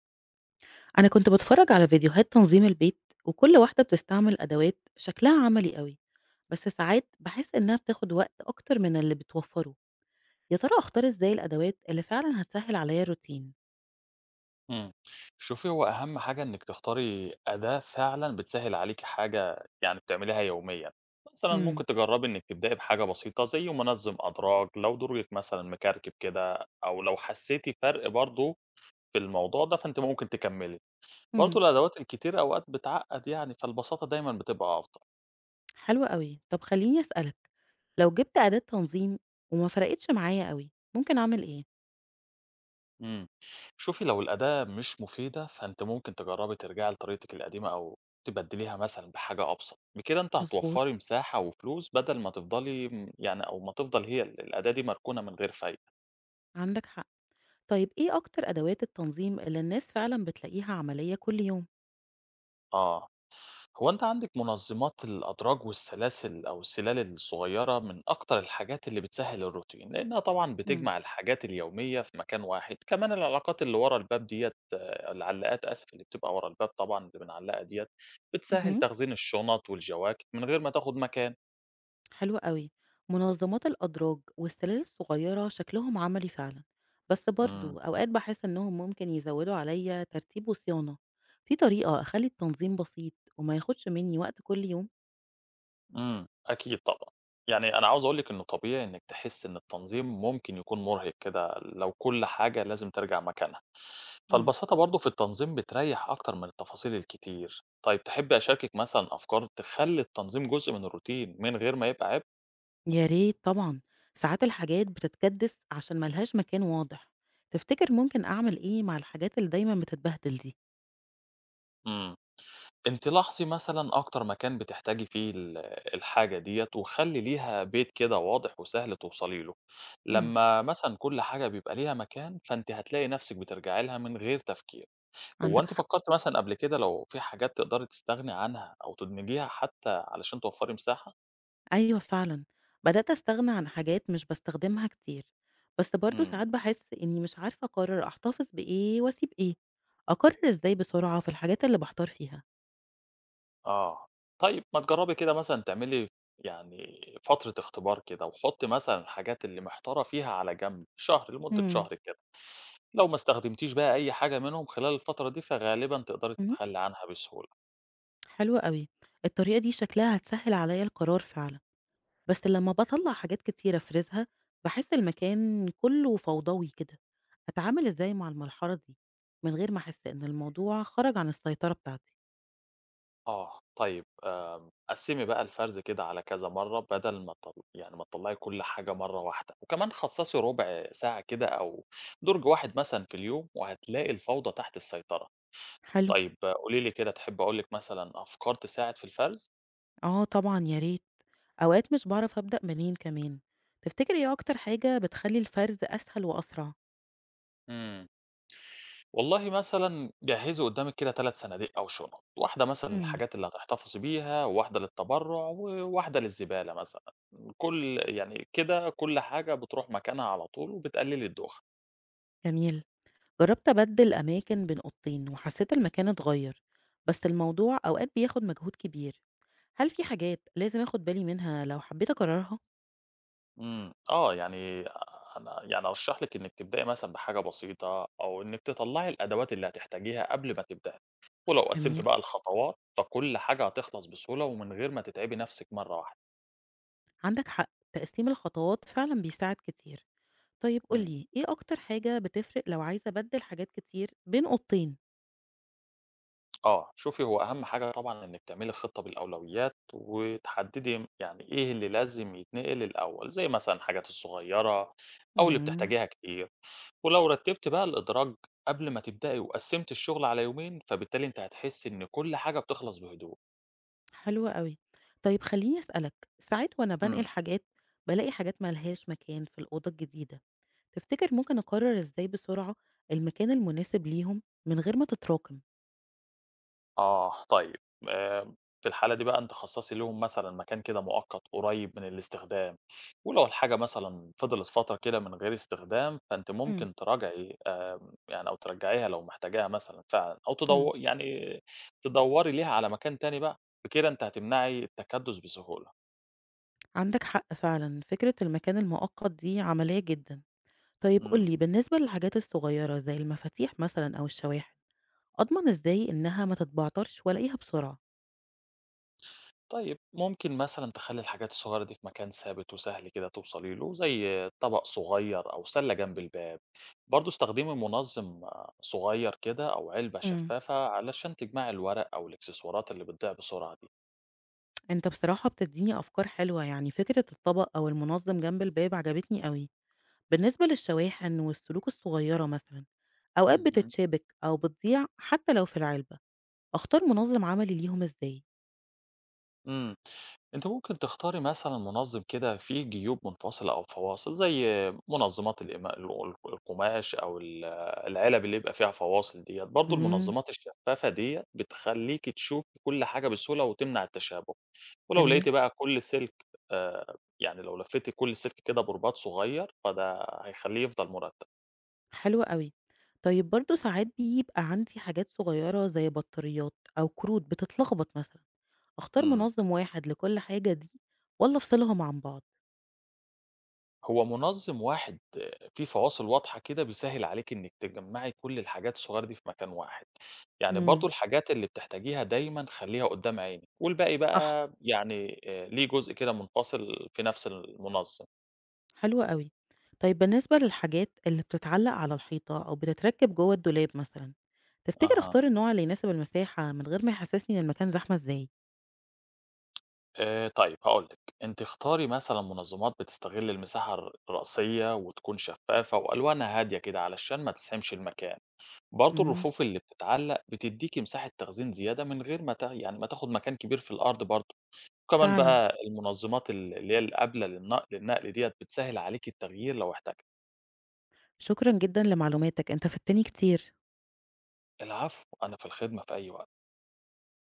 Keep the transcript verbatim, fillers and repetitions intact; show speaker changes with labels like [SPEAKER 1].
[SPEAKER 1] أنا كنت باتفرج على فيديوهات تنظيم البيت، وكل واحدة بتستعمل أدوات شكلها عملي قوي. بس ساعات بحس إنها بتاخد وقت أكتر من اللي بتوفره. يا ترى أختار إزاي الأدوات اللي فعلا هتسهل عليا الروتين؟
[SPEAKER 2] إمم. شوفي، هو أهم حاجة إنِّك تختاري أداة فعلًا بتسهِّل عليكِ حاجة يعني بتعمليها يوميًا. مثلًا
[SPEAKER 1] امم.
[SPEAKER 2] ممكن تجرّبي إنِّك تبدئي بحاجة بسيطة زي منظِّم أدراج، لو درجِك مثلًا مكركب كده أو لو حسّيتِ فرق برضه في الموضوع ده، فأنتِ ممكن تكمّلي.
[SPEAKER 1] امم.
[SPEAKER 2] برضه الأدوات الكتير أوقات بتعقّد يعني، فالبساطة دايمًا بتبقى أفضل.
[SPEAKER 1] حلو قوي. طب خليني أسألك، لو جبت أداة تنظيم وما فرقتش معايا قوي ممكن أعمل إيه؟
[SPEAKER 2] إمم. شوفي لو الأداة مش مفيدة، فأنتِ ممكن تجرّبي ترجعي لطريقتِك القديمة أو تبدّليها مثلًا بحاجة أبسط، بكده أنتِ
[SPEAKER 1] مظبوط.
[SPEAKER 2] هتوفّري مساحة وفلوس بدل ما تفضلي م يعني أو ما تفضل هي ال الأداة دي مركونة من غير فايدة.
[SPEAKER 1] عندك حق. طيب إيه أكتر أدوات التنظيم اللي الناس فعلا بتلاقيها عملية كل يوم؟
[SPEAKER 2] آه. هو أنت عندك منظمات الأدراج والسلاسل أو السلال الصغيرة من أكتر الحاجات اللي بتسهل الروتين، لأنها طبعا بتجمع الحاجات اليومية في مكان واحد. كمان العلاقات اللي ورا الباب ديت آه، العلاقات آسف اللي بتبقى ورا الباب طبعا اللي بنعلقها ديت بتسهل
[SPEAKER 1] امم.
[SPEAKER 2] تخزين الشنط والجواكت من غير ما تاخد مكان.
[SPEAKER 1] حلو قوي. منظمات الأدراج والسلال الصغيرة شكلهم عملي فعلا، بس
[SPEAKER 2] امم.
[SPEAKER 1] برضو أوقات بحس إنهم ممكن يزودوا عليا ترتيب وصيانة. في طريقة أخلي التنظيم بسيط وما ياخدش مني وقت كل يوم؟
[SPEAKER 2] امم أكيد طبعا، يعني أنا عاوز أقول لك إنه طبيعي إنك تحس إن التنظيم ممكن يكون مرهق كده لو كل حاجة لازم ترجع مكانها،
[SPEAKER 1] مم.
[SPEAKER 2] فالبساطة برضه في التنظيم بتريح أكتر من التفاصيل الكتير. طيب تحب أشاركك مثلا أفكار تخلي التنظيم جزء من الروتين من غير ما يبقى عبء؟
[SPEAKER 1] يا ريت طبعا. ساعات الحاجات بتتكدس عشان ملهاش مكان واضح. تفتكر ممكن أعمل إيه مع الحاجات اللي دايما بتتبهدل دي؟
[SPEAKER 2] امم. أنت لاحظي مثلا أكتر مكان بتحتاجي فيه ال- الحاجة ديت وخلي ليها بيت كده واضح وسهل توصلي له.
[SPEAKER 1] مم.
[SPEAKER 2] لما مثلا كل حاجة بيبقى ليها مكان فأنت هتلاقي نفسك بترجعي لها من غير تفكير. هو
[SPEAKER 1] عندك.
[SPEAKER 2] أنت فكرت مثلا قبل كده لو في حاجات تقدري تستغني عنها أو تدمجيها حتى علشان توفري مساحة؟
[SPEAKER 1] أيوه فعلًا، بدأت أستغنى عن حاجات مش باستخدمها كتير، بس برضه
[SPEAKER 2] امم.
[SPEAKER 1] ساعات باحس إني مش عارفة أقرر أحتفظ بإيه وأسيب إيه. أقرر إزاي بسرعة في الحاجات اللي باحتار فيها؟
[SPEAKER 2] آه. طيب ما تجرّبي كده مثلًا تعملي يعني فترة اختبار كده وحُطّي مثلًا الحاجات اللي محتارة فيها على جنب شهر لمدة
[SPEAKER 1] إمم.
[SPEAKER 2] شهر كده، لو ما استخدمتيش بقى أي حاجة منهم خلال الفترة دي، فغالبًا تقدري
[SPEAKER 1] اهم،
[SPEAKER 2] تتخلّي عنها بسهولة.
[SPEAKER 1] حلو أوي. الطريقة دي شكلها هتسهل عليَّ القرار فعلًا، بس لمّا باطلّع حاجات كتير أفرزها باحس المكان كله فوضوي كده. أتعامل إزاي مع المرحلة دي من غير ما أحس إن الموضوع خرج عن السيطرة بتاعتي؟
[SPEAKER 2] آه. طيب آمم، قسّمي بقى الفرز كده على كذا مرّة بدل ما تطل يعني ما تطلّعي كل حاجة مرّة واحدة، وكمان خصّصي رُبع ساعة كده أو دُرج واحد مثلًا في اليوم وهتلاقي الفوضى تحت السيطرة.
[SPEAKER 1] حلو.
[SPEAKER 2] طيب قولي لي كده تحبّي أقول لِك مثلًا أفكار تساعد في الفرز؟
[SPEAKER 1] آه طبعًا يا ريت. أوقات مش باعرف أبدأ منين كمان. تفتكر إيه أكتر حاجة بتخلّي الفرز أسهل وأسرع؟
[SPEAKER 2] إمم. والله مثلًا جهّزي قدّامِك كده ثلاث صناديق أو شنط، واحدة مثلًا
[SPEAKER 1] امم.
[SPEAKER 2] للحاجات اللي هتحتفظي بيها، وواحدة للتبرُّع، وواحدة للزبالة مثلًا، كل يعني كده كل حاجة بتروح مكانها على طول وبتقلّلي الدُّخن.
[SPEAKER 1] جميل. جربت أبدل أماكن بين أوضتين وحسيت المكان اتغير، بس الموضوع أوقات بياخد مجهود كبير. هل في حاجات لازم أخد بالي منها لو حبيت أكررها؟
[SPEAKER 2] إمم، آه، يعني أنا يعني أرشّح لِك إنِّك تبدئي مثلًا بحاجة بسيطة أو إنِّك تطلّعي الأدوات اللي هتحتاجيها قبل ما تبدئي، ولو قسّمتِ
[SPEAKER 1] جميل.
[SPEAKER 2] بقى الخطوات، فكل حاجة هتخلص بسهولة ومن غير ما تتعبي نَفْسِك مرّة واحدة.
[SPEAKER 1] عندك حق، تقسيم الخطوات فعلا بيساعد كتير. طيب
[SPEAKER 2] إمم.
[SPEAKER 1] قولي، إيه أكتر حاجة بتفرق لو عايزة أبدل حاجات كتير بين أوضتين؟
[SPEAKER 2] آه، شوفي هو أهم حاجة طبعًا إنِّك تعملي خطة بالأولويات، وتحددي يعني إيه اللي لازم يتنقل الأول، زي مثلًا الحاجات الصغيرة أو اللي
[SPEAKER 1] مم.
[SPEAKER 2] بتحتاجيها كتير، ولو رتبتِ بقى الإدراج قبل ما تبدئي وقسمتِ الشغل على يومين، فبالتالي أنتِ هتحسي إن كل حاجة بتخلص بهدوء.
[SPEAKER 1] حلو أوي. طيب خلّيني أسألك، ساعات وأنا بانقل
[SPEAKER 2] إمم.
[SPEAKER 1] حاجات بالاقي حاجات ما لهاش مكان في الأوضة الجديدة. تفتكر ممكن أقرر إزاي بسرعة المكان المناسب ليهم من غير ما تتراكم؟
[SPEAKER 2] آه، طيب آآ، في الحالة دي بقى أنتِ خصّصي ليهم مثلًا مكان كده مؤقت قريب من الاستخدام، ولو الحاجة مثلًا فضلت فترة كده من غير استخدام، فأنتِ
[SPEAKER 1] إمم.
[SPEAKER 2] ممكن تراجعي آمم، يعني أو ترجعيها لو محتاجاها مثلًا فعلًا، أو
[SPEAKER 1] إمم.
[SPEAKER 2] تدو يعني تدوّري ليها على مكان تاني بقى، بكده أنتِ هتمنعي التكدُّس بسهولة.
[SPEAKER 1] عندك حق فعلًا، فكرة المكان المؤقت دي عملية جدًا. طيب قُل
[SPEAKER 2] إمم.
[SPEAKER 1] لي، بالنسبة للحاجات الصغيرة زي المفاتيح مثلًا أو الشواحن، أضمن إزاي إنها ما تتبعترش وألاقيها بسرعة؟
[SPEAKER 2] طيب ممكن مثلًا تخلّي الحاجات الصغيرة دي في مكان ثابت وسهل كده توصلي له، زي طبق صغير أو سلة جنب الباب، برضه استخدمي منظم آه، صغير كده أو علبة
[SPEAKER 1] إمم.
[SPEAKER 2] شفافة علشان تجمعي الورق أو الإكسسوارات اللي بتضيع بسرعة دي.
[SPEAKER 1] أنت بصراحة بتدّيني أفكار حلوة، يعني فكرة الطبق أو المنظم جنب الباب عجبتني أوي. بالنسبة للشواحن والسلوك الصغيرة مثلًا، أوقات
[SPEAKER 2] اهم.
[SPEAKER 1] بتتشابك أو بتضيع حتى لو في العلبة. أختار منظم عملي ليهم إزاي؟
[SPEAKER 2] إمم. أنتِ ممكن تختاري مثلًا منظّم كده فيه جيوب منفصلة أو فواصل، زي منظّمات القما القو الق القماش أو ال العلب اللي يبقى فيها فواصل ديّة، برضه
[SPEAKER 1] امم.
[SPEAKER 2] المنظّمات الشفافة ديّة بتخلّيكِ تشوفي كل حاجة بسهولة وتمنع التشابُه، ولو
[SPEAKER 1] جميل.
[SPEAKER 2] لقيتِ بقى كل سلك آآ يعني لو لفّيتِ كل سلك كده برباط صغير، فده هيخلّيه يفضل مرتّب.
[SPEAKER 1] حلو أوي. طيب برضه ساعات بيبقى عندي حاجات صغيرة زي بطاريات أو كروت بتتلخبط مثلًا. أختار
[SPEAKER 2] إمم.
[SPEAKER 1] منظم واحد لكل حاجة دي، والّا أفصلهم عن بعض؟
[SPEAKER 2] هو منظم واحد فيه فواصل واضحة كده بيسهل عليك إنك تجمعي كل الحاجات الصغيرة دي في مكان واحد، يعني برضو
[SPEAKER 1] امم.
[SPEAKER 2] الحاجات اللي بتحتاجيها دايما خليها قدام عينك، والباقي
[SPEAKER 1] صح.
[SPEAKER 2] بقى يعني آه، ليه جزء كده منفصل في نفس المنظم.
[SPEAKER 1] حلو أوي. طيب بالنسبة للحاجات اللي بتتعلّق على الحيطة أو بتتركّب جوّه الدولاب مثلًا، تفتكر
[SPEAKER 2] أها.
[SPEAKER 1] أختار النوع اللي يناسب المساحة من غير ما يحسّسني إن المكان زحمة إزاي؟
[SPEAKER 2] آه، طيب هقولك أنت اختاري مثلا منظمات بتستغل المساحة الر- الرئيسية وتكون شفافة وألوانها هادية كده علشان ما تسحمش المكان. برضو
[SPEAKER 1] إمم.
[SPEAKER 2] الرفوف اللي بتتعلق بتديكي مساحة تخزين زيادة من غير ما تا- يعني ما تاخد مكان كبير في الأرض برضو. وكمان
[SPEAKER 1] فعلًا.
[SPEAKER 2] بقى المنظمات ال اللي هي القابلة للنق للنقل ديّة بتسهّل عليكِ التغيير لو احتجتِ.
[SPEAKER 1] شكرًا جدًا لمعلوماتك، أنت فدتني كتير.
[SPEAKER 2] العفو، أنا في الخدمة في أي وقت.